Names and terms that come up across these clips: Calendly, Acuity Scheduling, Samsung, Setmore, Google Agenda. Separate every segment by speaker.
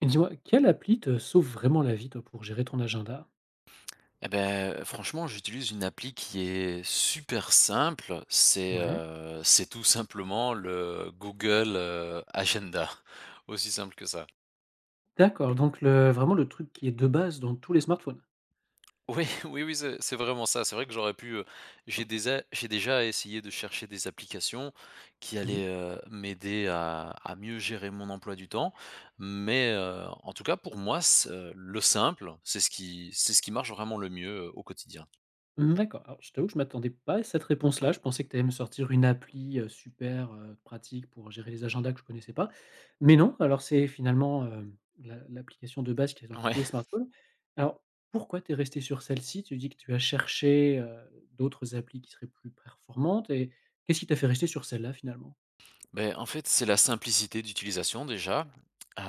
Speaker 1: Et dis-moi, quelle appli te sauve vraiment la vie, toi, pour gérer ton agenda?
Speaker 2: Eh ben franchement, j'utilise une appli qui est super simple. C'est,
Speaker 1: Ouais.
Speaker 2: heu, c'est tout simplement le Google Agenda. Aussi simple que ça.
Speaker 1: D'accord, donc le truc qui est de base dans tous les smartphones?
Speaker 2: Oui, oui, oui, c'est vraiment ça. C'est vrai que j'aurais pu, j'ai déjà essayé de chercher des applications qui
Speaker 1: Mmh mh.
Speaker 2: allaient, m'aider à mieux gérer mon emploi du temps. Mais, en tout cas pour moi, c le simple, c'est ce qui marche vraiment le mieux, au quotidien.
Speaker 1: Mmh, d'accord. Alors je t'avoue que je m'attendais pas à cette réponse-là. Je pensais que tu allais me sortir une appli, super, pratique pour gérer les agendas que je connaissais pas. Mais non, alors c'est finalement, l'application de base qui est dans
Speaker 2: Ouais.
Speaker 1: tous les smartphones. Alors, pourquoi tu es resté sur celle-ci? Tu dis que tu as cherché, d'autres applis qui seraient plus performantes, et qu'est-ce qui t'a fait rester sur celle-là, finalement?
Speaker 2: Ben en fait, c'est la simplicité d'utilisation déjà.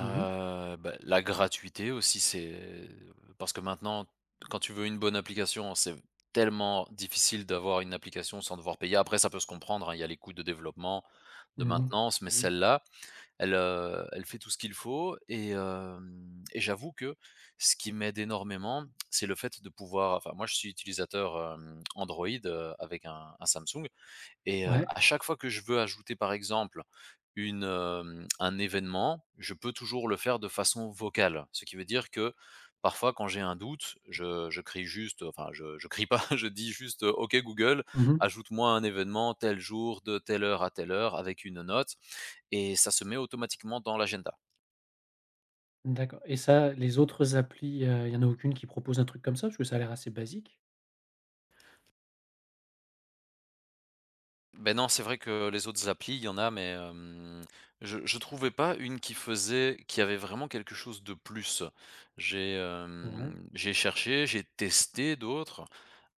Speaker 1: Mmh mh.
Speaker 2: bah, la gratuité aussi, c'est parce que maintenant, quand tu veux une bonne application, c'est tellement difficile d'avoir une application sans devoir payer. Après, ça peut se comprendre, hein, il y a les coûts de développement, de
Speaker 1: Mmh
Speaker 2: maintenance, mais
Speaker 1: mh.
Speaker 2: celle-là, elle fait tout ce qu'il faut et j'avoue que ce qui m'aide énormément, c'est le fait de pouvoir enfin, moi, je suis utilisateur, Android, avec un Samsung et
Speaker 1: Ouais.
Speaker 2: à chaque fois que je veux ajouter, par exemple, un événement, je peux toujours le faire de façon vocale. Ce qui veut dire que, parfois, quand j'ai un doute, je crie juste, enfin, je crie pas, je dis juste: OK Google,
Speaker 1: Mmh mh.
Speaker 2: ajoute-moi un événement tel jour, de telle heure à telle heure » avec une note et ça se met automatiquement dans l'agenda.
Speaker 1: D'accord, et ça, les autres applis, il y en a aucune qui propose un truc comme ça? Parce que ça a l'air assez basique.
Speaker 2: Ben non, c'est vrai que les autres applis, il y en a, mais je trouvais pas une qui avait vraiment quelque chose de plus. J'ai,
Speaker 1: Ouais,
Speaker 2: hem, j'ai cherché, j'ai testé d'autres.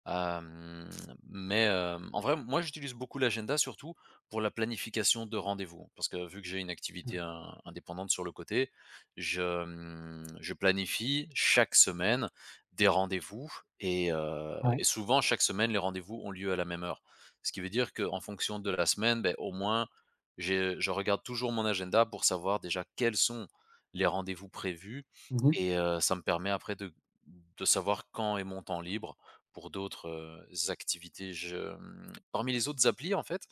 Speaker 2: Hem, mais en vrai, moi, j'utilise beaucoup l'agenda surtout pour la planification de rendez-vous. Parce que vu que j'ai une activité
Speaker 1: ouais,
Speaker 2: in indépendante sur le côté, je planifie chaque semaine des rendez-vous et heu
Speaker 1: ouais.
Speaker 2: et souvent chaque semaine, les rendez-vous ont lieu à la même heure. Ce qui veut dire qu'en fonction de la semaine, beh, au moins, j'ai je regarde toujours mon agenda pour savoir déjà quels sont les rendez-vous prévus
Speaker 1: Mmh mh.
Speaker 2: et ça me permet après de savoir quand est mon temps libre pour d'autres, activités. Parmi les autres applis, en fait,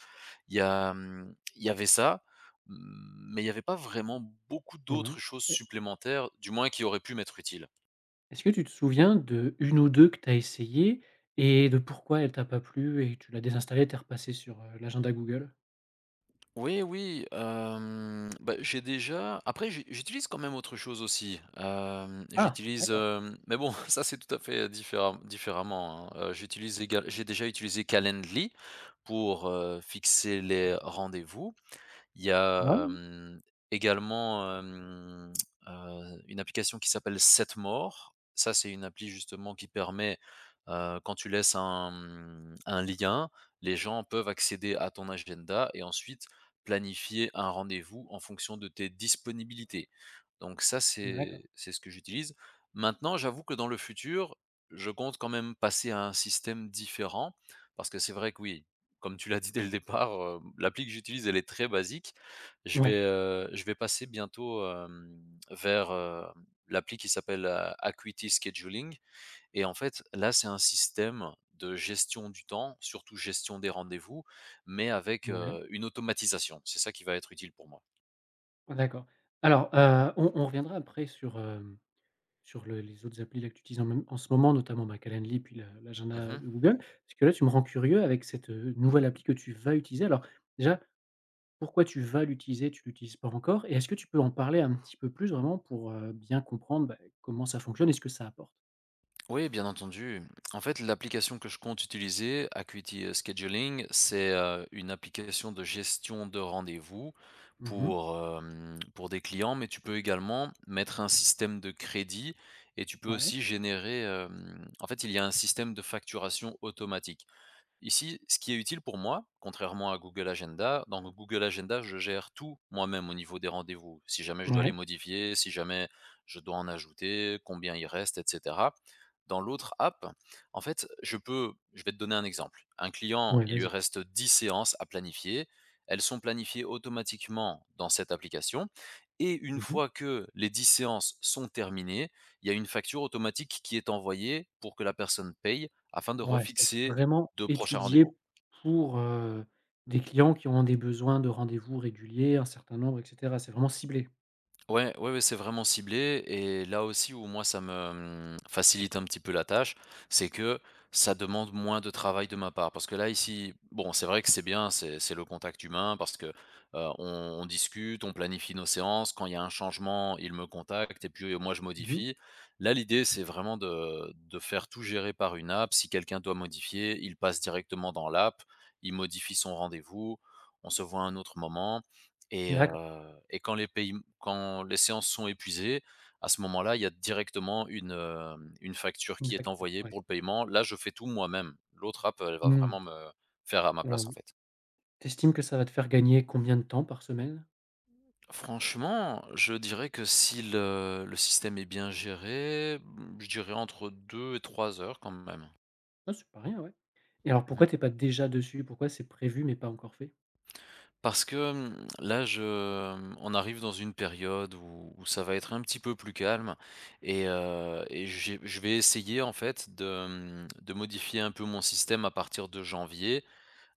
Speaker 2: il y avait ça, mmh, mais il n'y avait pas vraiment beaucoup
Speaker 1: Ouais.
Speaker 2: d'autres choses
Speaker 1: Est
Speaker 2: supplémentaires, du moins qui auraient pu m'être utiles.
Speaker 1: Est-ce que tu te souviens de une ou 2 que tu as essayé et de pourquoi elle t'a pas plu et tu l'as désinstallée, tu es repassée sur, l'agenda Google?
Speaker 2: Oui, oui, bah, j'ai déjà après j'ai j'utilise quand même autre chose aussi,
Speaker 1: Ah!
Speaker 2: j'utilise,
Speaker 1: D'accord.
Speaker 2: mais bon, ça c'est tout à fait différemment, hein. J'ai déjà utilisé Calendly pour, fixer les rendez-vous. Il y a,
Speaker 1: Ouais,
Speaker 2: également, une application qui s'appelle Setmore. Ça, c'est une appli justement qui permet, quand tu laisses un lien, les gens peuvent accéder à ton agenda et ensuite planifier un rendez-vous en fonction de tes disponibilités. Donc ça,
Speaker 1: d'accord.
Speaker 2: c'est ce que j'utilise. Maintenant, j'avoue que dans le futur, je compte quand même passer à un système différent parce que c'est vrai que oui, comme tu l'as dit dès le départ, l'appli que j'utilise, elle est très basique. Je
Speaker 1: Ouais,
Speaker 2: vais, heu, je vais passer bientôt, vers, l'appli qui s'appelle, Acuity Scheduling et en fait, là, c'est un système de gestion du temps, surtout gestion des rendez-vous, mais avec,
Speaker 1: ouais,
Speaker 2: une automatisation. C'est ça qui va être utile pour moi.
Speaker 1: d'accord. Alors, on reviendra après sur le les autres applis là que tu utilises en ce moment, notamment, bah, Calendly, puis la l'agenda
Speaker 2: Mmh.
Speaker 1: de Google. Parce que là, tu me rends curieux avec cette, nouvelle appli que tu vas utiliser. Alors déjà, pourquoi tu vas l'utiliser? Tu l'utilises pas encore, et est-ce que tu peux en parler un petit peu plus vraiment pour, bien comprendre, bah, comment ça fonctionne et ce que ça apporte?
Speaker 2: Oui, bien entendu. En fait, l'application que je compte utiliser, Acuity Scheduling, c'est une application de gestion de rendez-vous
Speaker 1: Mmh.
Speaker 2: pour des clients, mais tu peux également mettre un système de crédit et tu peux
Speaker 1: Ouais.
Speaker 2: aussi en fait, il y a un système de facturation automatique. Ici, ce qui est utile pour moi, contrairement à Google Agenda, dans Google Agenda, je gère tout moi-même au niveau des rendez-vous. Si jamais je dois les
Speaker 1: Ouais.
Speaker 2: modifier, si jamais je dois en ajouter, combien il reste, etc. Dans l'autre app, en fait, je vais te donner un exemple. Un client,
Speaker 1: Ouais,
Speaker 2: il lui
Speaker 1: vas-y.
Speaker 2: reste 10 séances à planifier. Elles sont planifiées automatiquement dans cette application. Et une
Speaker 1: Mmh.
Speaker 2: fois que les 10 séances sont terminées, il y a une facture automatique qui est envoyée pour que la personne paye afin de
Speaker 1: Ouais, c'est
Speaker 2: refixer
Speaker 1: vraiment
Speaker 2: deux prochains rendez-vous.
Speaker 1: étudié pour, des clients qui ont des besoins de rendez-vous réguliers, un certain nombre et cetera. C'est vraiment ciblé.
Speaker 2: Ouais, ouais, ouais, c'est vraiment ciblé et là aussi où moi ça me, facilite un petit peu la tâche, c'est que ça demande moins de travail de ma part. Parce que là ici, bon, c'est vrai que c'est bien, c'est le contact humain parce que, on discute, on planifie nos séances. Quand il y a un changement, il me contacte et puis, moi je
Speaker 1: Mmh.
Speaker 2: modifie. Là, l'idée, c'est vraiment de faire tout gérer par une app. Si quelqu'un doit modifier, il passe directement dans l'app, il modifie son rendez-vous, on se voit à un autre moment. Et heu
Speaker 1: D'accord,
Speaker 2: et quand les séances sont épuisées, à ce moment-là, il y a directement une facture
Speaker 1: une
Speaker 2: qui est
Speaker 1: facture,
Speaker 2: envoyée
Speaker 1: ouais.
Speaker 2: pour le paiement. Là, je fais tout moi-même. L'autre app, elle va
Speaker 1: Mmh.
Speaker 2: vraiment me faire à ma place, en
Speaker 1: Ouais.
Speaker 2: fait.
Speaker 1: T'estimes que ça va te faire gagner combien de temps par semaine?
Speaker 2: Franchement, je dirais que si le système est bien géré, je dirais entre 2 et 3 heures quand même.
Speaker 1: Ah, c'est pas rien, ouais. Et alors pourquoi
Speaker 2: Mmh.
Speaker 1: t'es pas déjà dessus? Pourquoi c'est prévu mais pas encore fait?
Speaker 2: Parce que, là, on arrive dans une période où ça va être un petit peu plus calme et j'ai je vais essayer, en fait, de modifier un peu mon système à partir de janvier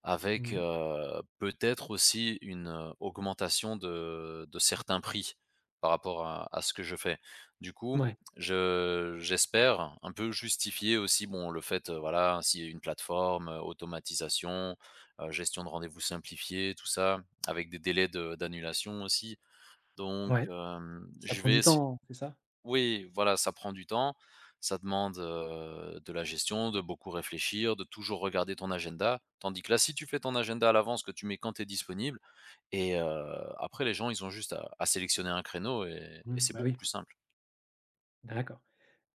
Speaker 2: avec,
Speaker 1: Mmh.
Speaker 2: peut-être aussi une, augmentation de certains prix par rapport à ce que je fais. Du coup,
Speaker 1: Ouais,
Speaker 2: je j'espère un peu justifier aussi, bon, le fait, voilà, s'il y a une plateforme, automatisation, gestion de rendez-vous simplifiée, tout ça, avec des délais de d'annulation aussi. Donc,
Speaker 1: ouais,
Speaker 2: hem,
Speaker 1: ça
Speaker 2: je
Speaker 1: prend
Speaker 2: vais
Speaker 1: du temps, c'est ça?
Speaker 2: Oui, voilà, ça prend du temps, ça demande, de la gestion, de beaucoup réfléchir, de toujours regarder ton agenda. Tandis que là, si tu fais ton agenda à l'avance, que tu mets quand tu es disponible et après les gens, ils ont juste à sélectionner un créneau et
Speaker 1: Mmh,
Speaker 2: et c'est
Speaker 1: bah,
Speaker 2: beaucoup
Speaker 1: oui,
Speaker 2: plus simple.
Speaker 1: d'accord.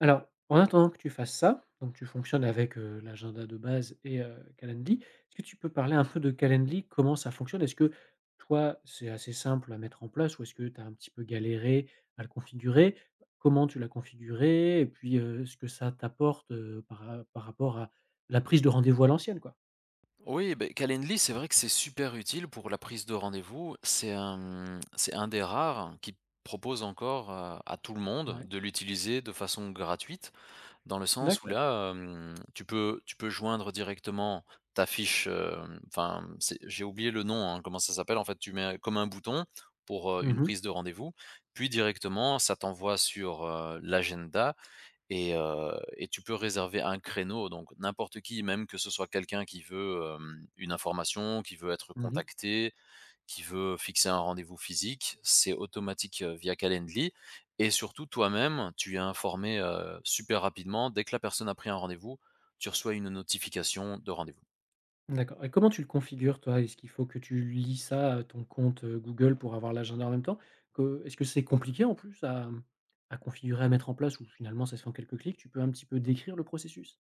Speaker 1: Alors, en attendant que tu fasses ça, donc tu fonctionnes avec, l'agenda de base et Calendly. Est-ce que tu peux parler un peu de Calendly? Comment ça fonctionne? Est-ce que toi, c'est assez simple à mettre en place, ou est-ce que tu as un petit peu galéré à le configurer? Comment tu l'as configuré? Et puis, ce que ça t'apporte, par rapport à la prise de rendez-vous à l'ancienne, quoi?
Speaker 2: Oui, beh, Calendly, c'est vrai que c'est super utile pour la prise de rendez-vous. C'est un des rares qui propose encore, à tout le monde
Speaker 1: Ouais,
Speaker 2: de l'utiliser de façon gratuite. Dans le sens où
Speaker 1: d'accord.
Speaker 2: là, tu peux joindre directement ta fiche, enfin, c'est j'ai oublié le nom, hein, comment ça s'appelle, en fait, tu mets comme un bouton pour,
Speaker 1: Mmh
Speaker 2: une
Speaker 1: mh.
Speaker 2: prise de rendez-vous, puis directement ça t'envoie sur, l'agenda et heu et tu peux réserver un créneau, donc n'importe qui, même que ce soit quelqu'un qui veut, une information, qui veut être
Speaker 1: Mmh.
Speaker 2: contacté, qui veut fixer un rendez-vous physique, c'est automatique, via Calendly et surtout toi-même, tu es informé, super rapidement. Dès que la personne a pris un rendez-vous, tu reçois une notification de rendez-vous.
Speaker 1: D'accord, et comment tu le configures toi? Est-ce qu'il faut que tu lis ça à ton compte, Google, pour avoir l'agenda en même temps? Que est-ce que c'est compliqué en plus à configurer, à mettre en place, ou finalement ça se fait en quelques clics? Tu peux un petit peu décrire le processus?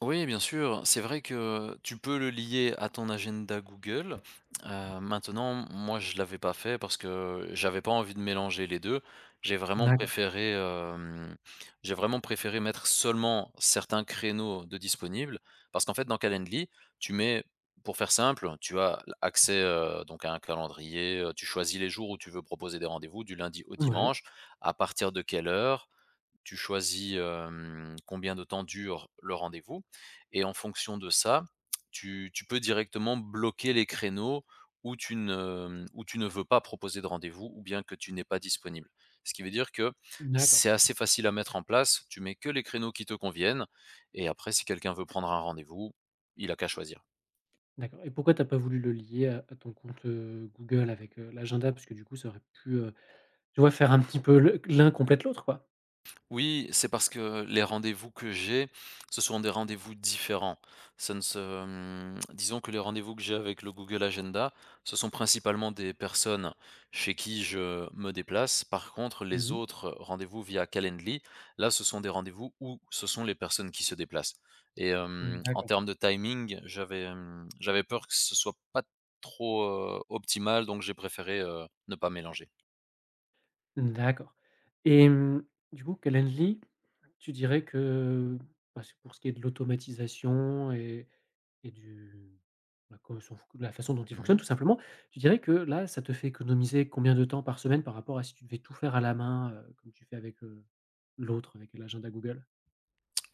Speaker 2: Oui, bien sûr. C'est vrai que tu peux le lier à ton agenda Google. Maintenant, moi, je l'avais pas fait parce que j'avais pas envie de mélanger les 2. J'ai vraiment
Speaker 1: D'accord.
Speaker 2: préféré, hem, j'ai vraiment préféré mettre seulement certains créneaux de disponibles parce qu'en fait, dans Calendly, tu mets pour faire simple, tu as accès, donc à un calendrier, tu choisis les jours où tu veux proposer des rendez-vous du lundi au
Speaker 1: Ouais,
Speaker 2: dimanche, à partir de quelle heure, tu choisis, combien de temps dure le rendez-vous et en fonction de ça, tu peux directement bloquer les créneaux où tu ne veux pas proposer de rendez-vous ou bien que tu n'es pas disponible. Ce qui veut dire que
Speaker 1: d'accord,
Speaker 2: c'est assez facile à mettre en place, tu mets que les créneaux qui te conviennent et après si quelqu'un veut prendre un rendez-vous, il a qu'à choisir.
Speaker 1: d'accord, et pourquoi t'as pas voulu le lier à ton compte, Google avec, l'agenda? Parce que du coup ça aurait pu, tu vois, faire un petit peu le l'un complète l'autre, quoi.
Speaker 2: Oui, c'est parce que les rendez-vous que j'ai, ce sont des rendez-vous différents. Ça ne se, Disons que les rendez-vous que j'ai avec le Google Agenda, ce sont principalement des personnes chez qui je me déplace. Par contre, les
Speaker 1: Mmh.
Speaker 2: autres rendez-vous via Calendly, là, ce sont des rendez-vous où ce sont les personnes qui se déplacent. Et en
Speaker 1: D'accord.
Speaker 2: termes de timing, j'avais peur que ce soit pas trop optimal, donc j'ai préféré ne pas mélanger.
Speaker 1: D'accord, et du coup Calendly, tu dirais que, bah, c'est pour ce qui est de l'automatisation et du la co son la façon dont il fonctionne
Speaker 2: Mhm.
Speaker 1: tout simplement, tu dirais que là, ça te fait économiser combien de temps par semaine par rapport à si tu devais tout faire à la main, comme tu fais avec, l'autre, avec l'agenda Google?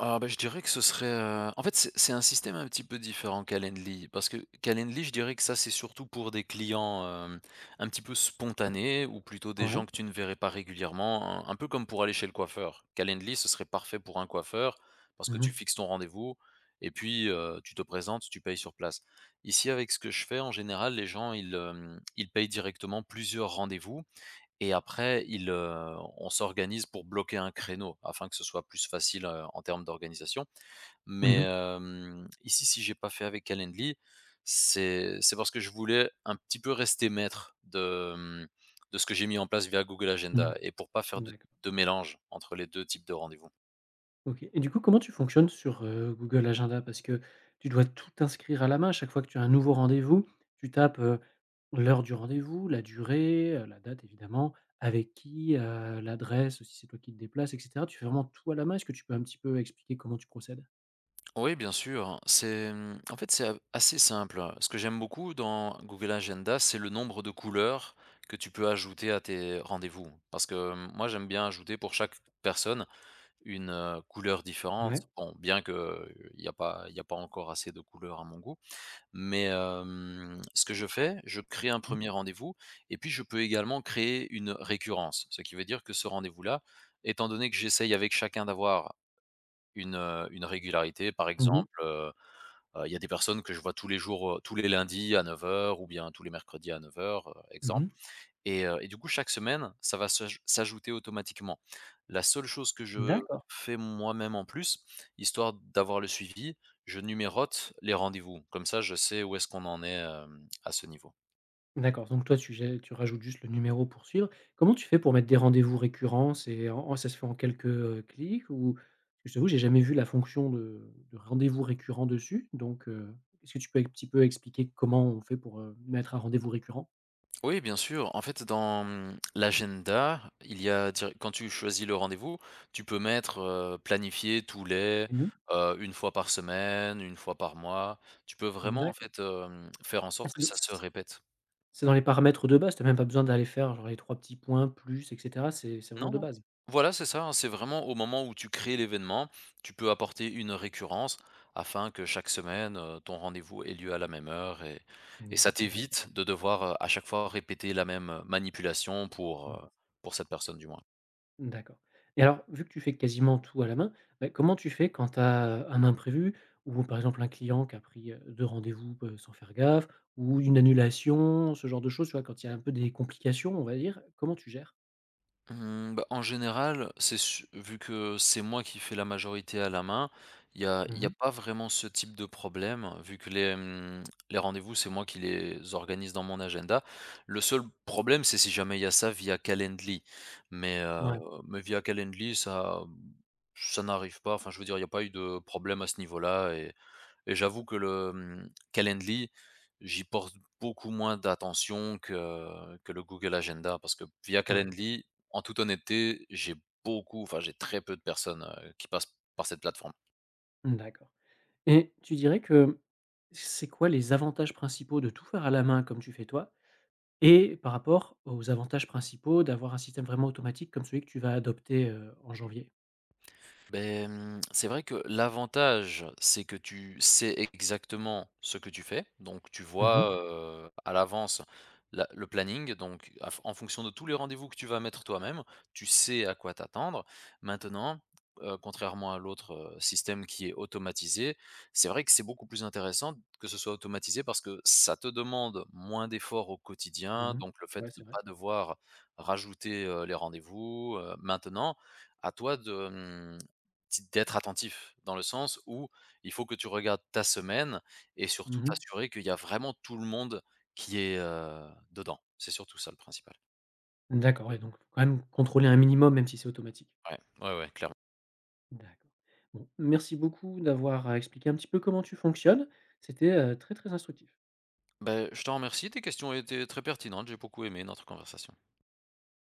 Speaker 2: Ah bah, je dirais que ce serait, en fait, c'est un système un petit peu différent Calendly, parce que Calendly, je dirais que ça, c'est surtout pour des clients, un petit peu spontanés ou plutôt des gens
Speaker 1: Ouais.
Speaker 2: que tu ne verrais pas régulièrement, un peu comme pour aller chez le coiffeur. Calendly, ce serait parfait pour un coiffeur parce que
Speaker 1: Mmh
Speaker 2: tu
Speaker 1: mh.
Speaker 2: fixes ton rendez-vous et puis, tu te présentes, tu payes sur place. Ici, avec ce que je fais, en général, les gens, ils payent directement plusieurs rendez-vous et après, on s'organise pour bloquer un créneau afin que ce soit plus facile, en termes d'organisation.
Speaker 1: Mmh.
Speaker 2: Ici, si j'ai pas fait avec Calendly, c'est parce que je voulais un petit peu rester maître de de ce que j'ai mis en place via Google
Speaker 1: Mmh.
Speaker 2: Agenda et pour pas faire de
Speaker 1: D'accord.
Speaker 2: de mélange entre les 2 types de rendez-vous.
Speaker 1: OK, et du coup, comment tu fonctionnes sur, Google Agenda? Parce que tu dois tout inscrire à la main. À chaque fois que tu as un nouveau rendez-vous, tu tapes, l'heure du rendez-vous, la durée, la date évidemment, avec qui, l'adresse, si c'est toi qui te déplaces, et cetera. Tu fais vraiment tout à la main. Est-ce que tu peux un petit peu expliquer comment tu procèdes?
Speaker 2: Oui, bien sûr. En fait, c'est a assez simple, hein. Ce que j'aime beaucoup dans Google Agenda, c'est le nombre de couleurs que tu peux ajouter à tes rendez-vous. Parce que moi, j'aime bien ajouter pour chaque personne couleur différente.
Speaker 1: Ouais.
Speaker 2: Bon, bien que, il y a pas encore assez de couleurs à mon goût, mais ce que je fais, je crée un
Speaker 1: Mmh.
Speaker 2: premier rendez-vous et puis je peux également créer une récurrence. Ce qui veut dire que ce rendez-vous-là, étant donné que j'essaye avec chacun d'avoir une régularité, par
Speaker 1: Mmh.
Speaker 2: exemple, il y a des personnes que je vois tous les jours, tous les lundis à neuf heures ou bien tous les mercredis à 9:00, exemple,
Speaker 1: Mmh.
Speaker 2: et du coup, chaque semaine, ça va s'ajouter automatiquement. La seule chose que je
Speaker 1: D'accord.
Speaker 2: fais moi-même en plus, histoire d'avoir le suivi, je numérote les rendez-vous. Comme ça, je sais où est-ce qu'on en est, à ce niveau.
Speaker 1: D'accord, donc toi tu gè tu rajoutes juste le numéro pour suivre. Comment tu fais pour mettre des rendez-vous récurrents? C'est en en ça se fait en quelques, clics, ou je t'avoue, j'ai jamais vu la fonction de rendez-vous récurrent dessus, donc est-ce que tu peux un petit peu expliquer comment on fait pour, mettre un rendez-vous récurrent?
Speaker 2: Oui, bien sûr. En fait, dans l'agenda, il y a quand tu choisis le rendez-vous, tu peux mettre planifier tous les
Speaker 1: Mmh.
Speaker 2: une fois par semaine, une fois par mois. Tu peux vraiment en
Speaker 1: D'accord.
Speaker 2: fait faire en
Speaker 1: Ah,
Speaker 2: sorte que
Speaker 1: c'est d
Speaker 2: ça se répète.
Speaker 1: c'est dans les paramètres de base, tu as même pas besoin d'aller faire genre les 3 petits points, plus, et cetera, c'est vraiment
Speaker 2: Non,
Speaker 1: de
Speaker 2: non.
Speaker 1: base?
Speaker 2: Voilà, c'est ça, hein. C'est vraiment au moment où tu crées l'événement, tu peux apporter une récurrence afin que chaque semaine ton rendez-vous ait lieu à la même heure, et
Speaker 1: Mmh,
Speaker 2: ça
Speaker 1: d'accord.
Speaker 2: t'évite de devoir à chaque fois répéter la même manipulation pour cette personne du moins.
Speaker 1: D'accord, et alors, vu que tu fais quasiment tout à la main, bah, comment tu fais quand tu as un imprévu, ou par exemple un client qui a pris, 2 rendez-vous, sans faire gaffe, ou une annulation, ce genre de choses, tu vois? Quand il y a un peu des complications, on va dire, comment tu gères?
Speaker 2: Mmh, Bah, en général, c'est su vu que c'est moi qui fais la majorité à la main, il y a y a
Speaker 1: Mmh.
Speaker 2: pas vraiment ce type de problème, vu que les rendez-vous, c'est moi qui les organise dans mon agenda. Le seul problème, c'est si jamais il y a ça via Calendly. Mais heu,
Speaker 1: Ouais,
Speaker 2: mais via Calendly, ça n'arrive pas. Enfin, je veux dire, il y a pas eu de problème à ce niveau-là et j'avoue que Calendly, j'y porte beaucoup moins d'attention que le Google Agenda parce que via
Speaker 1: ouais.
Speaker 2: Calendly, en toute honnêteté, j'ai beaucoup, enfin j'ai très peu de personnes, qui passent par cette plateforme.
Speaker 1: Mmh, d'accord, et tu dirais que c'est quoi les avantages principaux de tout faire à la main comme tu fais toi, et par rapport aux avantages principaux d'avoir un système vraiment automatique comme celui que tu vas adopter, en janvier?
Speaker 2: Beh, c'est vrai que l'avantage, c'est que tu sais exactement ce que tu fais, donc tu
Speaker 1: Mmh mh.
Speaker 2: vois, mmh, à l'avance la le planning, donc à en fonction de tous les rendez-vous que tu vas mettre toi-même, tu sais à quoi t'attendre. Maintenant, contrairement à système qui est automatisé, c'est vrai que c'est beaucoup plus intéressant que ce soit automatisé parce que ça te demande moins d'efforts au quotidien,
Speaker 1: Mmh.
Speaker 2: donc le fait
Speaker 1: Ouais,
Speaker 2: de
Speaker 1: c'est
Speaker 2: ne
Speaker 1: vrai.
Speaker 2: pas devoir rajouter, les rendez-vous, maintenant à toi de, mmh Ti d'être attentif, dans le sens où il faut que tu regardes ta semaine et surtout
Speaker 1: Mmh.
Speaker 2: t'assurer qu'il y a vraiment tout le monde qui est, dedans. C'est surtout ça le principal.
Speaker 1: D'accord, ouais, donc faut quand même contrôler un minimum, même si c'est automatique.
Speaker 2: Ouais, ouais, ouais, clairement.
Speaker 1: D'accord. Bon, merci beaucoup d'avoir, expliqué un petit peu comment tu fonctionnes. C'était, très, très instructif.
Speaker 2: Ben je t'en remercie, tes questions étaient très pertinentes, j'ai beaucoup aimé notre conversation.